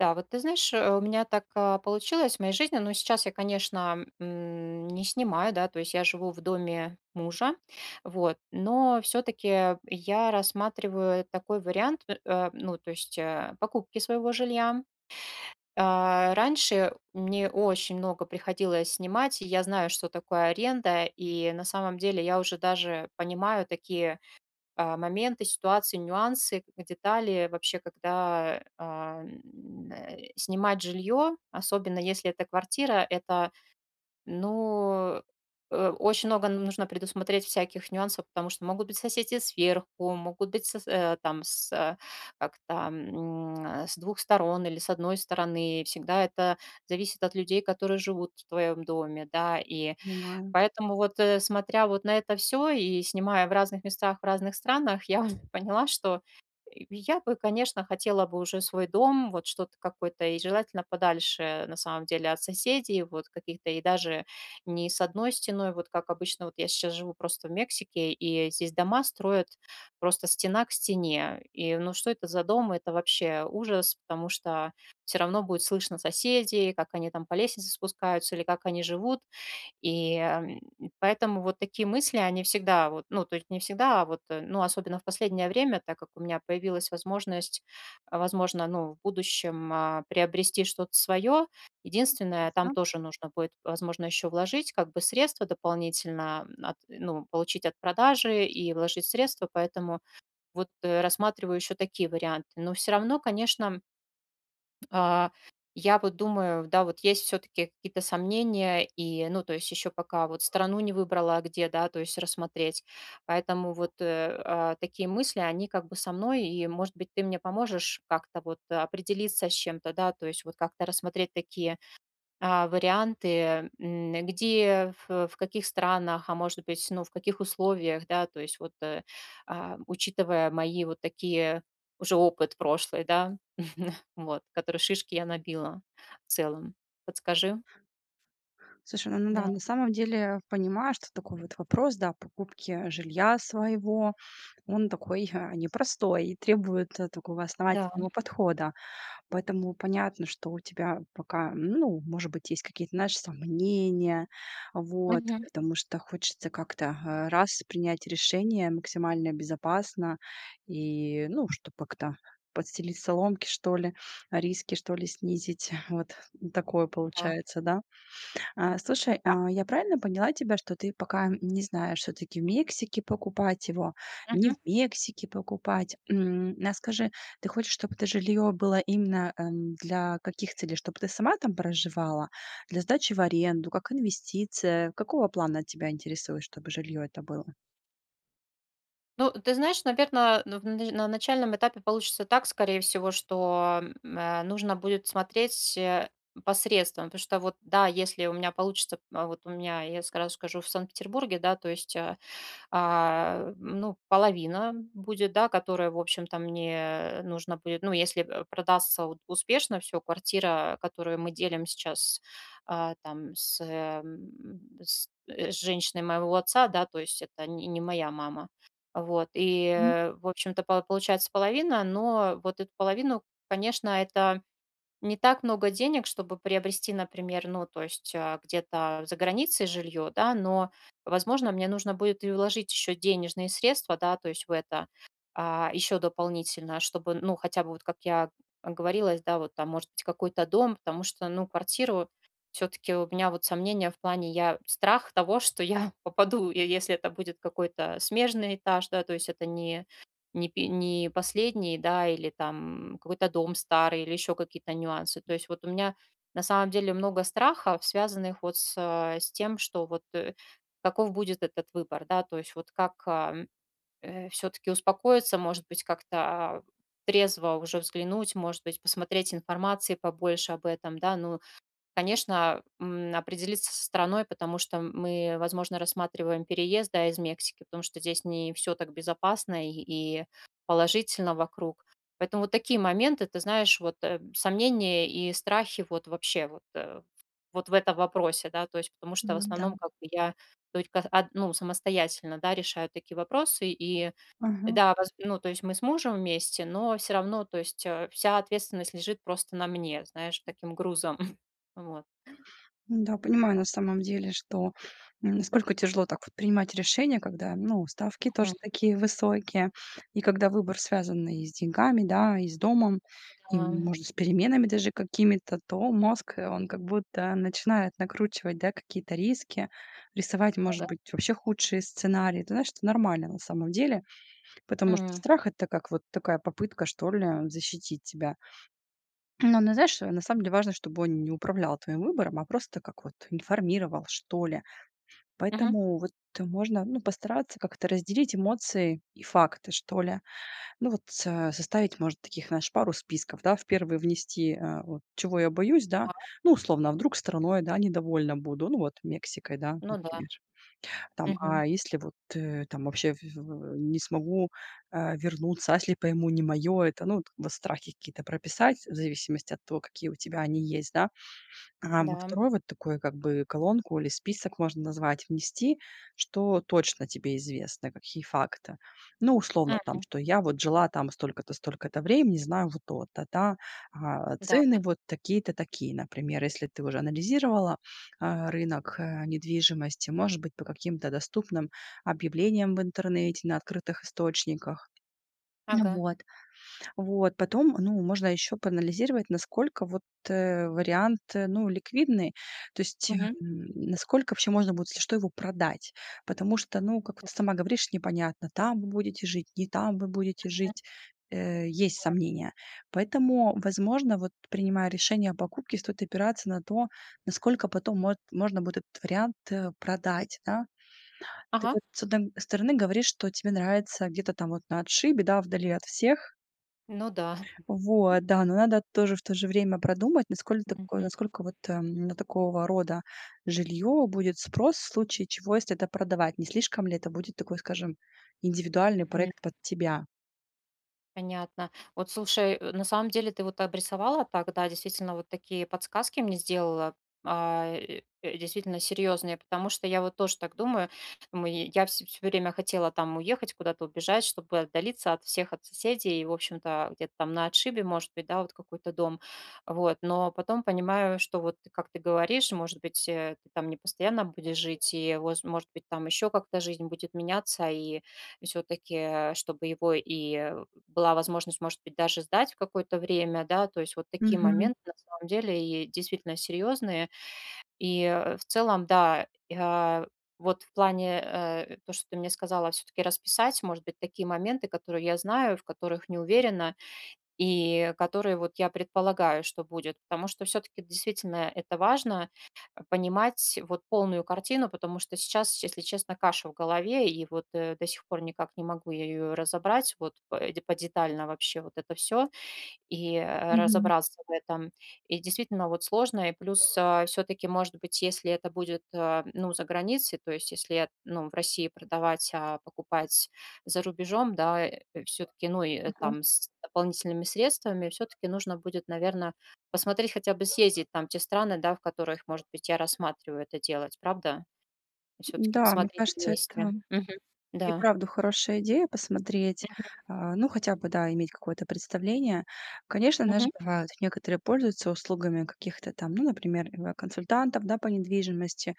Да, вот ты знаешь, у меня так получилось в моей жизни, но сейчас я, конечно, не снимаю, да, то есть я живу в доме мужа, вот, но все-таки я рассматриваю такой вариант, ну, то есть покупки своего жилья. Раньше мне очень много приходилось снимать, и я знаю, что такое аренда, и на самом деле я уже даже понимаю такие моменты, ситуации, нюансы, детали вообще, когда снимать жилье, особенно если это квартира, это, ну, очень много нужно предусмотреть всяких нюансов, потому что могут быть соседи сверху, могут быть там как там, с двух сторон или с одной стороны. Всегда это зависит от людей, которые живут в твоем доме, да, и Понимаю, поэтому вот, смотря вот на это все и снимая в разных местах, в разных странах, я вот поняла, что я бы, конечно, хотела бы уже свой дом, вот что-то какое-то, и желательно подальше, на самом деле, от соседей, вот каких-то, и даже не с одной стеной, вот как обычно. Вот я сейчас живу просто в Мексике, и здесь дома строят просто стена к стене. И, ну, что это за дом? Это вообще ужас, потому что все равно будет слышно соседей, как они там по лестнице спускаются или как они живут. И, эм, поэтому вот такие мысли, они всегда вот, ну, то есть не всегда, а вот, ну, особенно в последнее время, так как у меня появилась возможность, возможно, ну, в будущем, приобрести что-то свое. Единственное, там ясно. тоже нужно будет, возможно, еще вложить как бы средства дополнительно, ну, получить от продажи и вложить средства, поэтому вот рассматриваю еще такие варианты. Но все равно, конечно, а, я вот думаю, да, вот есть все-таки какие-то сомнения, и, ну, то есть еще пока вот страну не выбрала, а где, да, то есть рассмотреть. Поэтому вот такие мысли, они как бы со мной, и, может быть, ты мне поможешь как-то вот определиться с чем-то, да, то есть вот как-то рассмотреть такие варианты, где, в каких странах, а может быть, ну, в каких условиях, да, то есть вот, учитывая мои вот такие уже опыт прошлый, да, вот, который шишки я набила в целом. Подскажи? Слушай, ну да, Да, на самом деле понимаю, что такой вот вопрос, да, покупки жилья своего, он такой непростой и требует такого да. основательного подхода. Поэтому понятно, что у тебя пока, ну, может быть, есть какие-то, знаешь, сомнения, вот, Мгм. потому что хочется как-то раз принять решение максимально безопасно и, ну, чтобы как-то подстелить соломки, что ли, риски, что ли, снизить. Вот такое Да. получается, да? А, слушай, а я правильно поняла тебя, что ты пока не знаешь, все таки в Мексике покупать его, не в Мексике покупать? А скажи, ты хочешь, чтобы это жилье было именно, для каких целей? Чтобы ты сама там проживала? Для сдачи в аренду? Как инвестиция? Какого плана тебя интересует, чтобы жилье это было? Ну, ты знаешь, наверное, на начальном этапе получится так, скорее всего, что, нужно будет смотреть, э, по потому что вот, да, если у меня получится, вот у меня, я сразу скажу, в Санкт-Петербурге, да, то есть, ну, половина будет, да, которая, в общем-то, мне нужно будет, ну, если продастся успешно, все, квартира, которую мы делим сейчас а, там с, э, м, с, э, с женщиной моего отца, да, то есть это не моя мама. Вот, и, Мгм. В общем-то, получается половина, но вот эту половину, конечно, это не так много денег, чтобы приобрести, например, ну, то есть, где-то за границей жилье, да, но, возможно, мне нужно будет и вложить еще денежные средства, да, то есть в это, еще дополнительно, чтобы, ну, хотя бы вот как я говорилась, да, вот там, может быть, какой-то дом, потому что, ну, квартиру все-таки у меня вот сомнения в плане, я страх того, что я попаду, и если это будет какой-то смежный этаж, да, то есть это не не последний, да, или там какой-то дом старый, или еще какие-то нюансы. То есть вот у меня на самом деле много страхов, связанных вот с тем, что вот каков будет этот выбор, да, то есть вот как все-таки успокоиться, может быть, как-то трезво уже взглянуть, может быть, посмотреть информации побольше об этом, да, ну, конечно, определиться со страной, потому что мы, возможно, рассматриваем переезд, да, из Мексики, потому что здесь не все так безопасно и положительно вокруг. Поэтому вот такие моменты, ты знаешь, вот сомнения и страхи вот вообще вот, вот в этом вопросе, да, то есть потому что в Ну да. основном как бы я только ну, самостоятельно, да, решаю такие вопросы, и Ага. да, ну, то есть мы с мужем вместе, но все равно, то есть вся ответственность лежит просто на мне, знаешь, таким грузом. Вот. Да, понимаю на самом деле, что насколько тяжело так вот принимать решения, когда, ну, ставки тоже такие высокие, и когда выбор связан и с деньгами, да, и с домом, и, Ам, может, с переменами даже какими-то, то мозг, он как будто начинает накручивать, да, какие-то риски, рисовать, может ага. быть, вообще худшие сценарии. Ты знаешь, это нормально на самом деле, потому что М, страх— это как вот такая попытка, что ли, защитить тебя. Но, ну, знаешь, на самом деле важно, чтобы он не управлял твоим выбором, а просто как вот информировал, что ли. мгм. Поэтому вот можно, ну, постараться как-то разделить эмоции и факты, что ли. Ну, вот составить, может, таких, знаешь, пару списков, да, в первый внести, вот, чего я боюсь, да, А, ну, условно, а вдруг страной, да, недовольна буду, ну, вот, Мексикой, да, ну да. например. Там, Мгм. а если вот, там вообще в не смогу, вернуться, а если пойму не моё это? Ну, вот страхи какие-то прописать в зависимости от того, какие у тебя они есть, да. А во Да. 2-ю вот такой как бы колонку или список можно назвать, внести, что точно тебе известно, какие факты. Ну, условно там, М, что я вот жила там столько-то, столько-то времени, знаю вот то-то, да, да. цены вот такие-то, такие. Например, если ты уже анализировала, рынок, недвижимости, может быть, по каким-то доступным объявлениям в интернете, на открытых источниках. Ага. Вот. Вот, потом, ну, можно еще проанализировать, насколько вот, вариант, ну, ликвидный, то есть, Мгм. Насколько вообще можно будет, если что, его продать. Потому что, ну, как вот ты сама говоришь, непонятно, там вы будете жить, не там вы будете жить. Есть сомнения. Поэтому, возможно, вот принимая решение о покупке, стоит опираться на то, насколько потом можно будет этот вариант продать, да. Ты Ага. вот с одной стороны говоришь, что тебе нравится где-то там вот на отшибе, да, вдали от всех, Ну да. вот, да, но надо тоже в то же время продумать, насколько тако Мгм. насколько вот, на такого рода жилье будет спрос в случае чего, если это продавать. Не слишком ли это будет такой, скажем, индивидуальный проект под тебя? Понятно. Вот слушай, на самом деле ты вот обрисовала так, да, действительно вот такие подсказки мне сделала, действительно серьезные, потому что я вот тоже так думаю, я все время хотела там уехать, куда-то убежать, чтобы отдалиться от всех, от соседей, и, в общем-то, где-то там на отшибе, может быть, да, вот какой-то дом. Вот, но потом понимаю, что вот, как ты говоришь, может быть, ты там не постоянно будешь жить, и, может быть, там еще как-то жизнь будет меняться, и все-таки, чтобы его и была возможность, может быть, даже сдать в какое-то время, да, то есть вот такие Мгм, моменты на самом деле и действительно серьезные. И в целом, да, я вот в плане то, что ты мне сказала, все-таки расписать, может быть, такие моменты, которые я знаю, в которых не уверена, и которые вот я предполагаю, что будет. Потому что все-таки действительно это важно понимать вот полную картину, потому что сейчас, если честно, каша в голове, и вот до сих пор никак не могу я ее разобрать вот подетально вообще вот это все и, мгм. разобраться в этом. И действительно вот сложно. И плюс, все таки может быть, если это будет, ну, за границей, то есть если, ну, в России продавать, а покупать за рубежом, да, все таки ну, и, Ага. там с дополнительными средствами, все таки нужно будет, наверное, посмотреть, хотя бы съездить там те страны, да, в которых, может быть, я рассматриваю это делать, правда? Все таки Да, мне посмотреть на кажется, это месте. Мгм. и Да. правда хорошая идея посмотреть, Мгм. Ну, хотя бы, да, иметь какое-то представление. Конечно, знаешь, Мгм. бывают, некоторые пользуются услугами каких-то там, ну, например, консультантов, да, по недвижимости,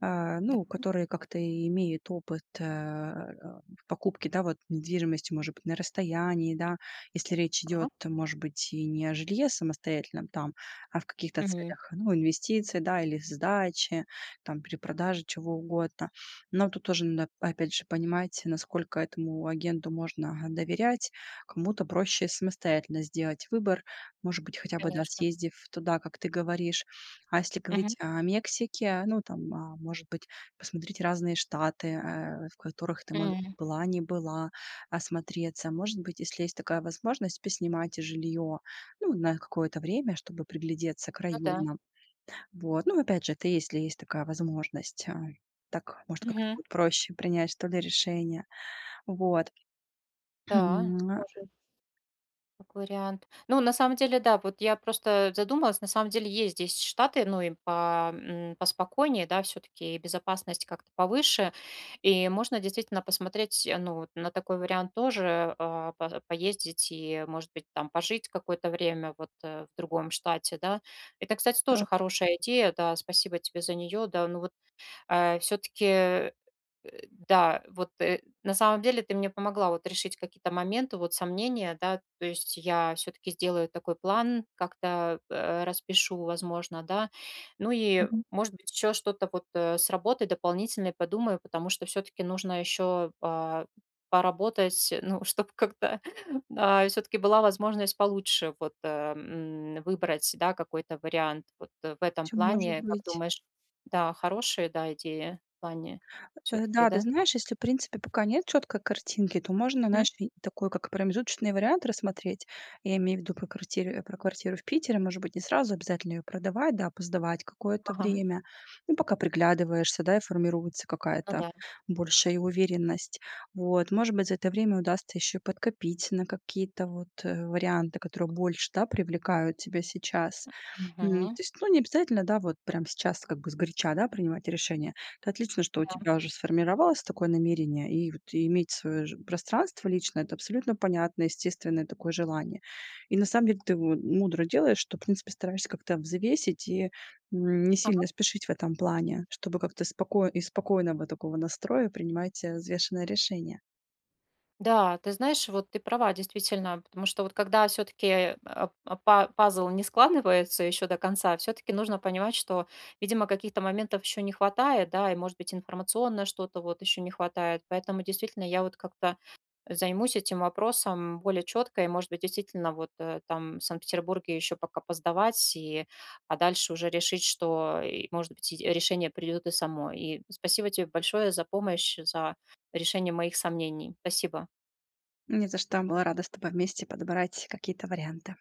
ну, Да. которые как-то и имеют опыт в покупке, да, вот недвижимости, может быть, на расстоянии, да, если речь Ага. идет, может быть, и не о жилье самостоятельном там, а в каких-то Мгм. целях, ну, инвестиций, да, или сдачи, там, перепродажи, чего угодно. Но тут тоже надо, опять же, понимать, насколько этому агенту можно, ага, доверять. Кому-то проще самостоятельно сделать выбор, может быть, хотя бы, да, Конечно. съездив туда, как ты говоришь. А если Мгм. говорить о Мексике, ну, там, может быть, посмотреть разные штаты, в которых ты, может быть, М. была, не была, осмотреться. Может быть, если есть такая возможность, поснимать жилье, ну, на какое-то время, чтобы приглядеться к Ну да. районам. Вот. Ну, опять же, это если есть такая возможность, так, может, как-то Мгм. будет проще принять, что ли, решение. Вот. Да, тоже как вариант. Ну, на самом деле, да, вот я просто задумалась, на самом деле есть здесь штаты, ну, и по, поспокойнее, да, все-таки безопасность как-то повыше, и можно действительно посмотреть, ну, вот на такой вариант тоже, поездить и, может быть, там пожить какое-то время вот в другом штате, да. Это, кстати, тоже Так. хорошая идея, да, спасибо тебе за нее, да, ну, вот все-таки да, вот, на самом деле ты мне помогла вот решить какие-то моменты, вот сомнения, да, то есть я все-таки сделаю такой план, как-то, распишу, возможно, да. Ну и, Мгм. может быть, еще что-то вот, с работой дополнительное подумаю, потому что все-таки нужно еще, поработать, ну, чтобы как-то все-таки была возможность получше вот, выбрать, да, какой-то вариант. Вот, в этом Чем может плане, как быть? думаешь, да, хорошие, да, идеи в плане все Э, таки да, ты да? знаешь, если, в принципе, пока нет четкой картинки, то можно, Мгм. знаешь, и такой, как промежуточный вариант рассмотреть. Я имею в виду про квартиру, про квартиру в Питере, может быть, не сразу обязательно ее продавать, да, посдавать какое-то Ага, время. Ну, пока приглядываешься, да, и формируется ну какая-то да. большая уверенность. Вот, может быть, за это время удастся еще подкопить на какие-то вот варианты, которые больше, да, привлекают тебя сейчас. Мгм. То есть, ну, не обязательно, да, вот прямо сейчас как бы сгоряча, да, принимать решение. Это отлично, что у Да. тебя уже сформировалось такое намерение, и вот иметь свое пространство личное, это абсолютно понятное, естественное такое желание. И на самом деле ты вот мудро делаешь, что, в принципе, стараешься как-то взвесить и не Ага. сильно спешить в этом плане, чтобы как-то спокойно, из спокойного такого настроя принимать взвешенное решение. Да, ты знаешь, вот ты права, действительно, потому что вот когда все таки пазл не складывается еще до конца, все таки нужно понимать, что, видимо, каких-то моментов еще не хватает, да, и, может быть, информационно что-то вот еще не хватает. Поэтому действительно я вот как-то займусь этим вопросом более четко, и, может быть, действительно, вот там в Санкт-Петербурге еще пока поздавать, и, а дальше уже решить, что, и, может быть, и решение придет и само. И спасибо тебе большое за помощь, за решение моих сомнений. Спасибо. Не за что, была рада с тобой вместе подобрать какие-то варианты.